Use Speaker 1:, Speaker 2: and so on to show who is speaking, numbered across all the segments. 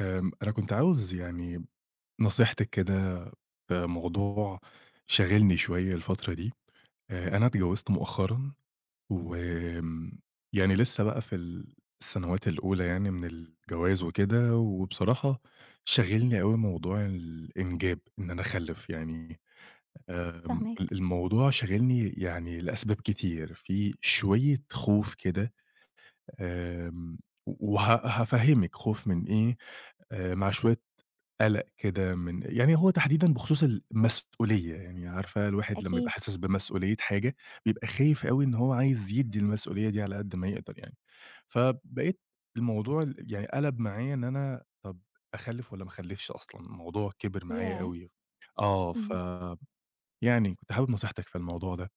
Speaker 1: أنا كنت عاوز يعني نصيحتِك كده في موضوع شاغلني شوية الفترة دي. أنا اتجوزت مؤخرًا وآمم، يعني لسه بقى في السنوات الأولى يعني من الجواز وكده، وبصراحة شاغلني أوي موضوع الإنجاب، إن أنا أخلِّف يعني. آمم، ال
Speaker 2: فاهماك،
Speaker 1: الموضوع شاغلني يعني لأسباب كتير، في شوية خوف كده. آمم، و وه هافهّمِك خوف من إيه، مع شوية قَلَق كده من يعني، هو تحديدًا بخصوص المسؤولية، يعني عارفة الواحد لمّا يبقى
Speaker 2: أكيد،
Speaker 1: حاسس بمسؤولية حاجة، بيبقى خايف أوي إن هو عايز يدّي المسؤولية دي على قد ما يقدر يعني. فبقيت الموضوع يعني قَلَب معايا إن أنا طَب أخلِّف والّا ما أخلِّفش أصلًا؟ الموضوع كِبِر معايا
Speaker 2: ياه!
Speaker 1: أوي. آه،
Speaker 2: اهم.
Speaker 1: يعني كنت حابب نصيحتِك في الموضوع ده.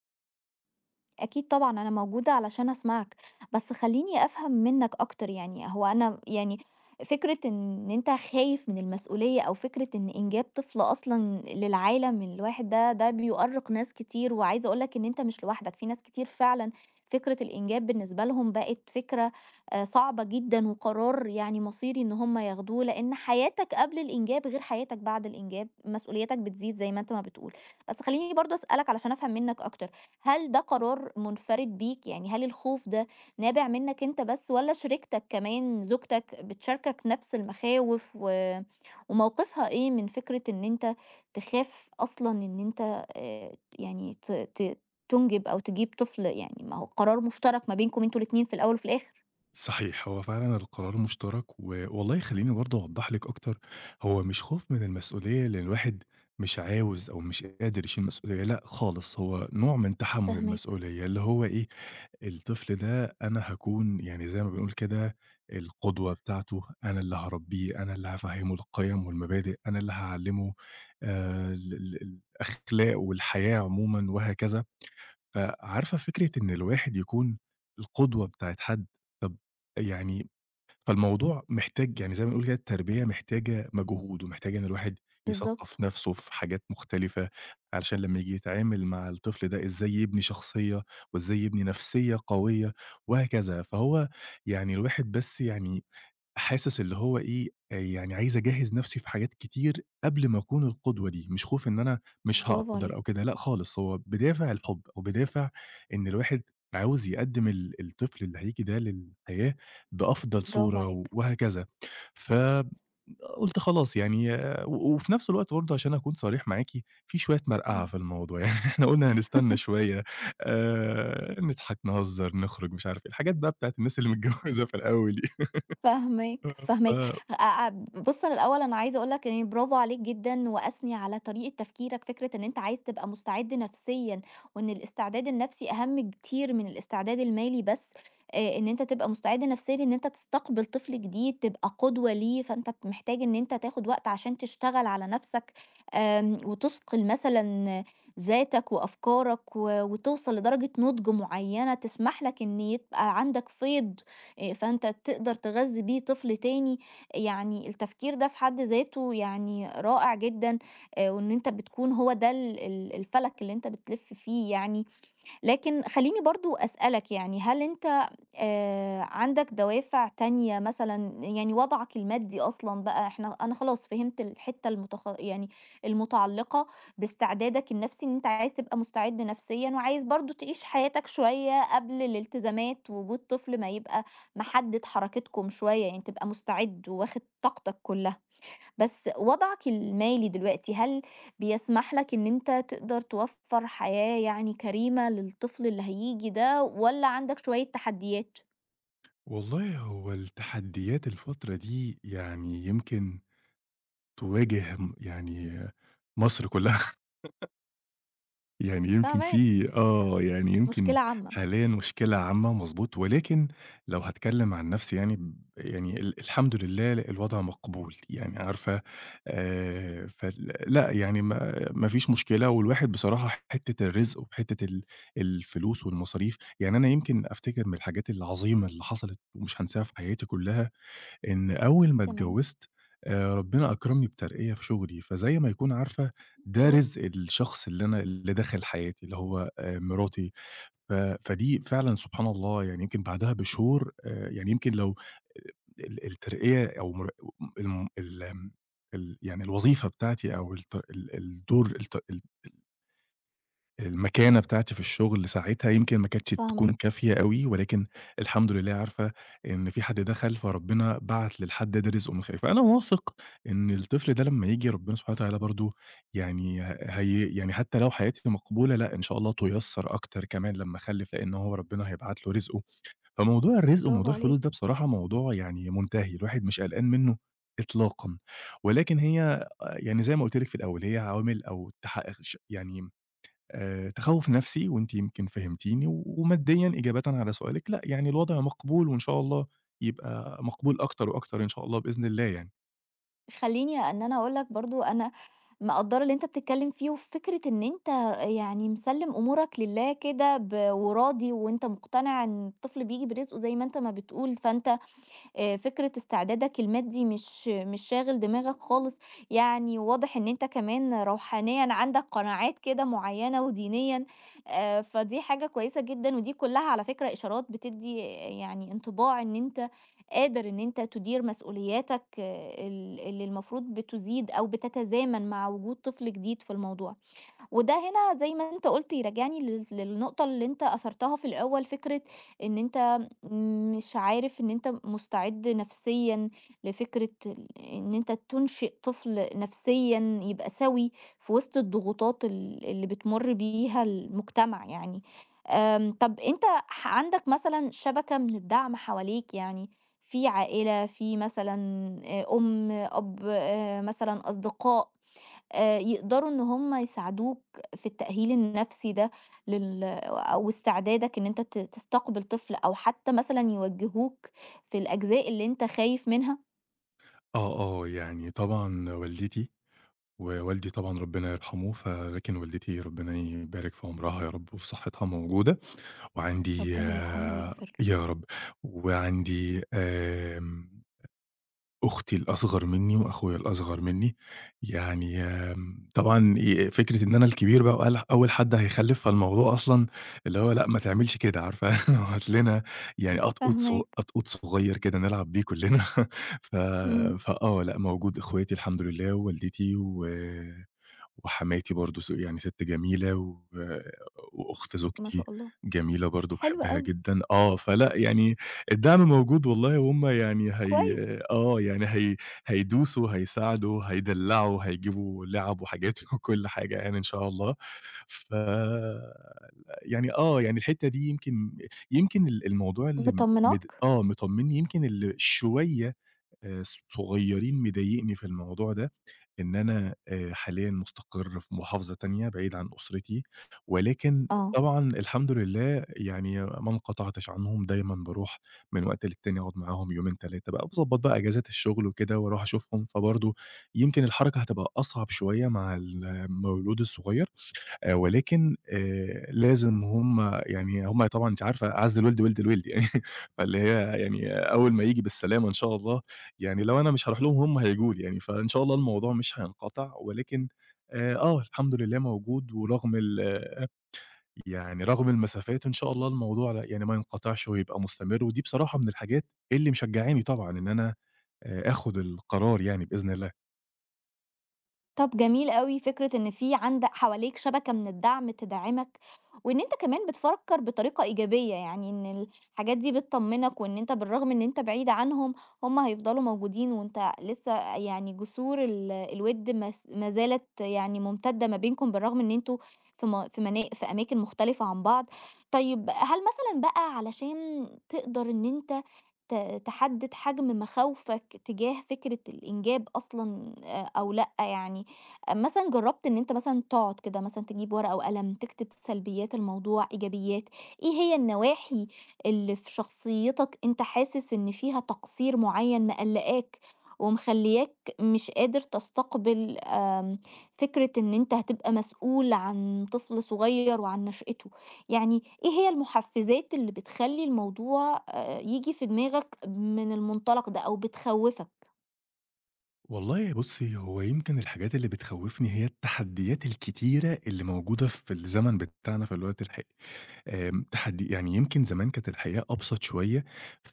Speaker 2: أكيد طبعًا أنا موجودة علشان أسمعك، بس خلّيني أفهم منّك أكتر يعني هو أنا يعني فكرة إن أنت خايف من المسؤولية أو فكرة إن إنجاب طفل أصلًا للعالم الواحد ده، ده بيؤرّق ناس كتير، وعايزة أقول لك إن أنت مش لوحدك، في ناس كتير فعلًا فكرة الإنجاب بالنسبة لهم بقت فكرة صعبة جدًا وقرار يعني مصيري إن هم ياخدوه، لإن حياتك قبل الإنجاب غير حياتك بعد الإنجاب، مسؤولياتك بتزيد زي ما أنت ما بتقول، بس خلّيني برضه أسألك علشان أفهم منّك أكتر. هل ده قرار منفرد بيك؟ يعني هل الخوف ده نابع منك أنت بس والّا شريكتك كمان زوجتك بتشاركك نفس المخاوف و وموقفها إيه من فكرة إن أنت تخاف أصلًا إن أنت يعني ت ت تُنجب أو تجيب طفل؟ يعني ما هو قرار مشترك ما بينكم أنتم الاتنين في الأول وفي الآخر.
Speaker 1: صحيح، هو فعلًا القرار مشترك، والله خلّيني برضه أوضّح لِك أكتر. هو مش خوف من المسؤولية لإن الواحد مش عاوز أو مش قادر يشيل مسؤولية، لأ خالص، هو نوع من تحمُّل
Speaker 2: فاهماك،
Speaker 1: المسؤولية، اللي هو إيه. الطفل ده أنا هاكون يعني زي ما بنقول كده القدوة بتاعته، أنا اللي هاربّيه، أنا اللي هافهّمه القيم والمبادئ، أنا اللي هاعلّمه ال ال الأخلاق والحياة عمومًا وهكذا. فعارفة فكرة إن الواحد يكون القدوة بتاعة حد، طب يعني فالموضوع محتاج يعني زي ما بنقول كده التربية محتاجة مجهود، ومحتاجة إن الواحد
Speaker 2: بالضبط،
Speaker 1: يثقّف نَفْسه في حاجات مختلفة، علشان لمّا ييجي يتعامل مع الطفل ده إزاي يبني شخصية، وإزاي يبني نَفْسية قوية وهكذا. فهو يعني الواحد بس يعني حاسس اللي هو إيه، يعني عايز أجهّز نَفْسي في حاجات كتير قبل ما أكون القدوة دي، مش خوف إن أنا مش
Speaker 2: برافو
Speaker 1: هاقدر أو
Speaker 2: عليك،
Speaker 1: كده، لأ خالص، هو بدافع الحُب أو بدافع إن الواحد عاوز يقدّم الطفل اللي هييجي ده للحياة بأفضل
Speaker 2: برافو
Speaker 1: صورة
Speaker 2: عليك.
Speaker 1: وهكذا. فقُلت خلاص يعني آه، وفي نفس الوقت برضه عشان أكون صريح معاكِ، في شوية مرقعة
Speaker 2: إمم.
Speaker 1: في الموضوع يعني إحنا قُلنا هنستنى شوية. نضحك، نهزر، نخرج، مش عارف إيه، الحاجات بقى بتاعة الناس اللي متجوزة في الأول دي.
Speaker 2: فاهماك، فاهماك.
Speaker 1: آه،
Speaker 2: أ بُص أنا الأول أنا عايزة أقول لك يعني برافو عليك جدًا وأثني على طريقة تفكيرك، فكرة إن أنت عايز تبقى مستعد نفسيًا، وإن الاستعداد النفسي أهم كتير من الاستعداد المالي بس، إن أنت تبقى مستعد نفسيًا إن أنت تستقبل طفل جديد، تبقى قدوة ليه، فأنت محتاج إن أنت تاخد وقت عشان تشتغل على نفسك، وتثقل مثلًا ذاتك وأفكارك و وتوصل لدرجة نضج معينة تسمح لك إن يبقى عندك فِيض فأنت تقدر تغذّي بيه طفل تاني، يعني التفكير ده في حد ذاته يعني رائع جدًا، وإن أنت بتكون هو ده ال ال الفلك اللي أنت بتلِف فيه يعني، لكن خلّيني برضه أسألك يعني هل أنت عندك دوافع تانية مثلًا، يعني وضعك المادي أصلًا بقى إحنا أنا خلاص فهمت الحتّة يعني المتعلقة باستعدادك النفسي، إن أنت عايز تبقى مستعد نفسيًا وعايز برضه تعيش حياتك شوية قبل الالتزامات، ووجود طفل ما يبقى محدد حركتكم شوية، يعني تبقى مستعد وواخد طاقتك كلها. بس وضعك المالي دلوقتي هل بيسمح لك إن أنت تقدر توفّر حياة يعني كريمة للطفل اللي هييجي ده والّا عندك شوية تحديات؟
Speaker 1: والله هو التحديات الفترة دي يعني يمكن تواجه يعني مصر كلها. يعني يمكن
Speaker 2: فاهماك.
Speaker 1: في يعني يمكن
Speaker 2: مشكلة عامة،
Speaker 1: حاليًا مشكلة عامة مضبوط، ولكن لو هاتكلم عن نفسي يعني يعني الحمد لله الوضع مقبول، يعني عارفة فال لأ يعني ما فيش مشكلة، والواحد بصراحة حتّة الرزق وحتّة الفلوس والمصاريف، يعني أنا يمكن أفتكر من الحاجات العظيمة اللي حصلت ومش هانساها في حياتي كلّها إن أول ما
Speaker 2: تمام،
Speaker 1: اتجوّزت ربنا أكرمني بترقية في شُغلي، فزي ما يكون عارفة ده
Speaker 2: برافو،
Speaker 1: رزق الشخص اللي أنا اللي داخل حياتي اللي هو مراتي. ف فدي فعلًا سبحان الله يعني يمكن بعدها بشهور يعني يمكن لو الترقية أو مر الم ال آمم ال يعني الوظيفة بتاعتي أو الت ال الدور الت ال المكانة بتاعتي في الشغل ساعتها يمكن ما كانتش
Speaker 2: فاهماك،
Speaker 1: تكون كافية أوي، ولكن الحمد لله عارفة إن في حد دخل، فربنا بعت للحد ده رزقه من الخير، فأنا واثق إن الطفل ده لمّا ييجي ربنا سبحانه وتعالى برضه يعني هي يعني حتى لو حياتي مقبولة، لأ إن شاء الله تُيسّر أكتر كمان لمّا أخلِّف، لإن هو ربنا هيبعت له رزقه. فموضوع الرزق
Speaker 2: برافو
Speaker 1: وموضوع الفلوس
Speaker 2: عليك.
Speaker 1: ده بصراحة موضوع يعني منتهي، الواحد مش قلقان منه إطلاقًا، ولكن هي يعني زي ما قُلت لِك في الأول، هي عوامل أو تح ش يعني تخوُّف نفسي وأنتِ يمكن فهمتيني، وماديًا إجابةً على سؤالِك لأ، يعني الوضع مقبول وإن شاء الله يبقى مقبول أكتر وأكتر إن شاء الله بإذن الله يعني.
Speaker 2: خلّيني إن أنا أقول لك برضه أنا مقدّرة اللي أنت بتتكلّم فيه وفكرة إن أنت يعني مسلّم أمورك لله كده وراضي وأنت مقتنع إن الطفل بييجي برزقه زي ما أنت ما بتقول، فأنت فكرة استعدادك المادي مش شاغل دماغك خالص، يعني واضح إن أنت كمان روحانيًا عندك قناعات كده معيّنة ودينيًا، فدي حاجة كويسة جدًا، ودي كلّها على فكرة إشارات بتدّي آه، يعني انطباع إن أنت قادر إن أنت تدير مسؤولياتك آه، اللي المفروض بتُزيد أو بتتزامن مع وجود طفل جديد في الموضوع. وده هنا زي ما أنت قُلت يرجّعني للنقطة اللي أنت أثرتها في الأول، فكرة إن أنت مش عارف إن أنت مستعد نفسيًا لفكرة إن أنت تُنشئ طفل نفسيًا يبقى سَوِي في وسط الضغوطات اللي بتمُر بيها المجتمع يعني. طَب أنت عندك مثلًا شبكة من الدعم حواليك يعني، في عائلة، في مثلًا أم، أب، مثلًا أصدقاء؟ يقدروا إن هم يساعدوك في التأهيل النفسي ده أو استعدادك إن أنت تستقبل طفل أو حتى مثلًا يوجّهوك في الأجزاء اللي أنت خايف منها؟
Speaker 1: آه، آه، يعني طبعًا والدتي ووالدي طبعًا ربنا يرحمه، لكن والدتي ربنا يبارك في عمرها يا رب وفي صحتها موجودة، وعندي
Speaker 2: ربنا يرحمه
Speaker 1: آه،
Speaker 2: ويغفر له.
Speaker 1: يا رب، وعندي أختي الأصغر منّي وأخويا الأصغر منّي. يعني طبعًا فكرة إن أنا الكبير بقى أول حد هيخلّف، فالموضوع أصلًا اللي هو لأ ما تعملش كده عارفة هات لنا يعني
Speaker 2: فاهماك،
Speaker 1: أطقُط صغيّر كده نلعب بيه كلّنا ف
Speaker 2: إمم.
Speaker 1: فآه، لأ موجود إخواتي الحمد لله ووالدتي وحماتي برضه يعني سِت جميلة وأخت
Speaker 2: ما
Speaker 1: زوجتي
Speaker 2: شاء الله،
Speaker 1: جميلة برضه
Speaker 2: حلو
Speaker 1: باحبها
Speaker 2: أوي،
Speaker 1: جدًا، فلأ يعني الدعم موجود والله وهُم يعني هي
Speaker 2: كويس،
Speaker 1: آه، يعني هي هيدوسوا، هيساعدوا، هيدلّعوا، هيجيبوا لِعَب وحاجات وكل حاجة يعني إن شاء الله. ف يعني يعني الحتّة دي يمكن يمكن الموضوع اللي م مد
Speaker 2: مطمناك؟
Speaker 1: آه، مطمّني يمكن اللي شوية آآ صغيّرين مضايقني في الموضوع ده إن أنا حاليًا مُستقر في محافظة تانية بعيد عن أسرتي، ولكن
Speaker 2: آه.
Speaker 1: طبعًا الحمد لله يعني ما انقطعتش عنهم، دايمًا باروح من وقت للتاني أقعد معاهم يومين، 3 بقى، باضبّط بقى إجازات الشغل وكده وأروح أشوفهم، فبرضه يمكن الحركة هتبقى أصعب شوية مع المولود الصغير. ولكن لازم هم يعني هم طبعًا أنتِ عارفة أعَز الوِلد وِلد الوِلد يعني فاللي هي يعني أول ما ييجي بالسلامة إن شاء الله، يعني لو أنا مش هاروح لهم هم هييجوا لي يعني، فإن شاء الله الموضوع مش هينقطع ولكن الحمد لله موجود ورغم يعني رغم المسافات إن شاء الله الموضوع لأ يعني ما ينقطعش ويبقى مستمر، ودي بصراحة من الحاجات اللي مشجّعاني طبعًا إن أنا آخُد القرار يعني بإذن الله.
Speaker 2: طب جميل أوي فكرة إن في عند حواليك شبكة من الدعم تدعمك، وإن أنت كمان بتفكر بطريقة إيجابية، يعني إن الحاجات دي بتطمنك وإن أنت بالرغم إن أنت بعيد عنهم هم هيفضلوا موجودين وأنت لسه يعني جسور الود ما زالت يعني ممتدة ما بينكم بالرغم إن أنتوا في م- في منا- في أماكن مختلفة عن بعض. طيب هل مثلا بقى علشان تقدر إن أنت تحدد حجم مخاوفك تجاه فكرة الإنجاب أصلا آه، أو لأ يعني مثلًا جرّبت إن أنت مثلًا تقعد كده مثلًا تجيب ورقة وقلم تكتب سلبيات الموضوع، إيجابيات، إيه هي النواحي اللي في شخصيتك أنت حاسس إن فيها تقصير معيّن مقلّقاك ومخلّياك مش قادر تستقبل فكرة إن أنت هتبقى مسؤول عن طفل صغير وعن نشأته، يعني إيه هي المحفزات اللي بتخلّي الموضوع ييجي في دماغك من المنطلق ده أو بتخوّفك؟
Speaker 1: والله بُصّي، هو يمكن الحاجات اللي بتخوّفني هي التحديات الكتيرة اللي موجودة في الزمن بتاعنا في الوقت الحالي. آمم، تحدي يعني يمكن زمان كانت الحياة أبسط شوية،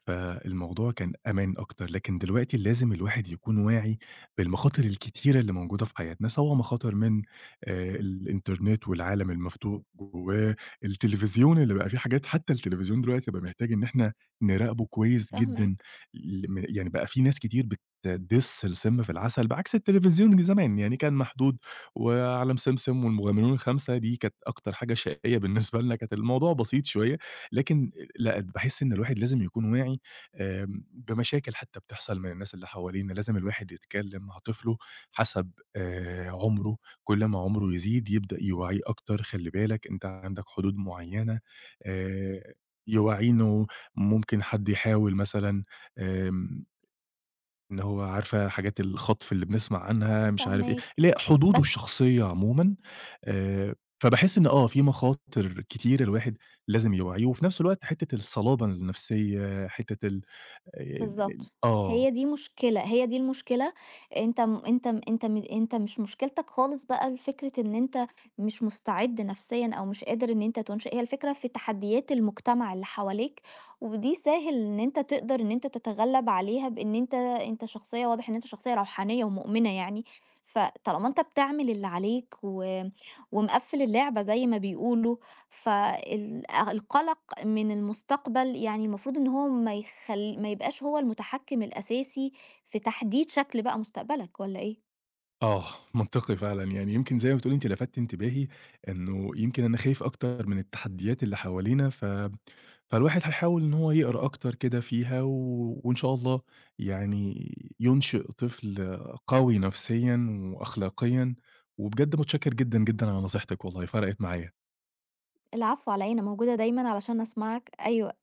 Speaker 1: فالموضوع كان أمان أكتر، لكن دلوقتي لازم الواحد يكون واعي بالمخاطر الكتيرة اللي موجودة في حياتنا، سواء مخاطر من الإنترنت والعالم المفتوح جواه، التلفزيون اللي بقى فيه حاجات حتى التلفزيون دلوقتي بقى محتاج إن إحنا نراقبه كويس جدًا،
Speaker 2: فاهماك.
Speaker 1: ل م يعني بقى في ناس كتير بتدِس السم في العسل، بعكس التلفزيون زمان يعني كان محدود وعالم سمسم والمغامرون الخمسة دي كانت أكتر حاجة شقية بالنسبة لنا، كانت الموضوع بسيط شوية، لكن لأ، باحس إن الواحد لازم يكون واعي بمشاكل حتى بتحصل من الناس اللي حوالينا، لازم الواحد يتكلم مع طفله حسب عمره، كل ما عمره يزيد يبدأ يوعيه أكتر، خلّي بالك أنت عندك حدود معيّنة آآ، يوعيه إنه ممكن حد يحاول مثلًا آمم إن هو عارفة حاجات الخطف اللي بنسمع عنها مش عارف إيه،
Speaker 2: فاهماك،
Speaker 1: اللي هي حدوده
Speaker 2: بس
Speaker 1: الشخصية عمومًا، آآ، فباحس إن في مخاطر كتير الواحد لازم يوعيه، وفي نفس الوقت حتّة الصلابة النفسية، حتّة ال آآ،
Speaker 2: بالضبط.
Speaker 1: آه.
Speaker 2: هي دي مشكلة، هي دي المشكلة. أنت مش مشكلتك خالص بقى الفكرة إن أنت مش مستعد نفسيًا أو مش قادر إن أنت تنشئ، هي الفكرة في تحديات المجتمع اللي حواليك، ودي سهل إن أنت تقدر إن أنت تتغلب عليها بإن أنت شخصية واضح إن أنت شخصية روحانية ومؤمنة يعني، فطالما أنت بتعمل اللي عليك و ومقفّل اللعبة زي ما بيقولوا، فالقلق من المستقبل يعني المفروض إن هو ما يبقاش هو المتحكم الأساسي في تحديد شكل بقى مستقبلك والّا إيه؟
Speaker 1: آه. منطقي فعلًا، يعني يمكن زي ما بتقولي أنتِ لفتِّ انتباهي إنه يمكن أنا خايف أكتر من التحديات اللي حوالينا، فالواحد هيحاول إن هو يقرا أكتر كده فيها، وإن شاء الله يعني ينشئ طفل قوي نفسيًا وأخلاقيًا، وبجد متشكر جدًا، جدًا على نصيحتِك والله فرقِت معايا.
Speaker 2: العفو على إيه، أنا موجودة دايمًا علشان أسمعك، أيوه.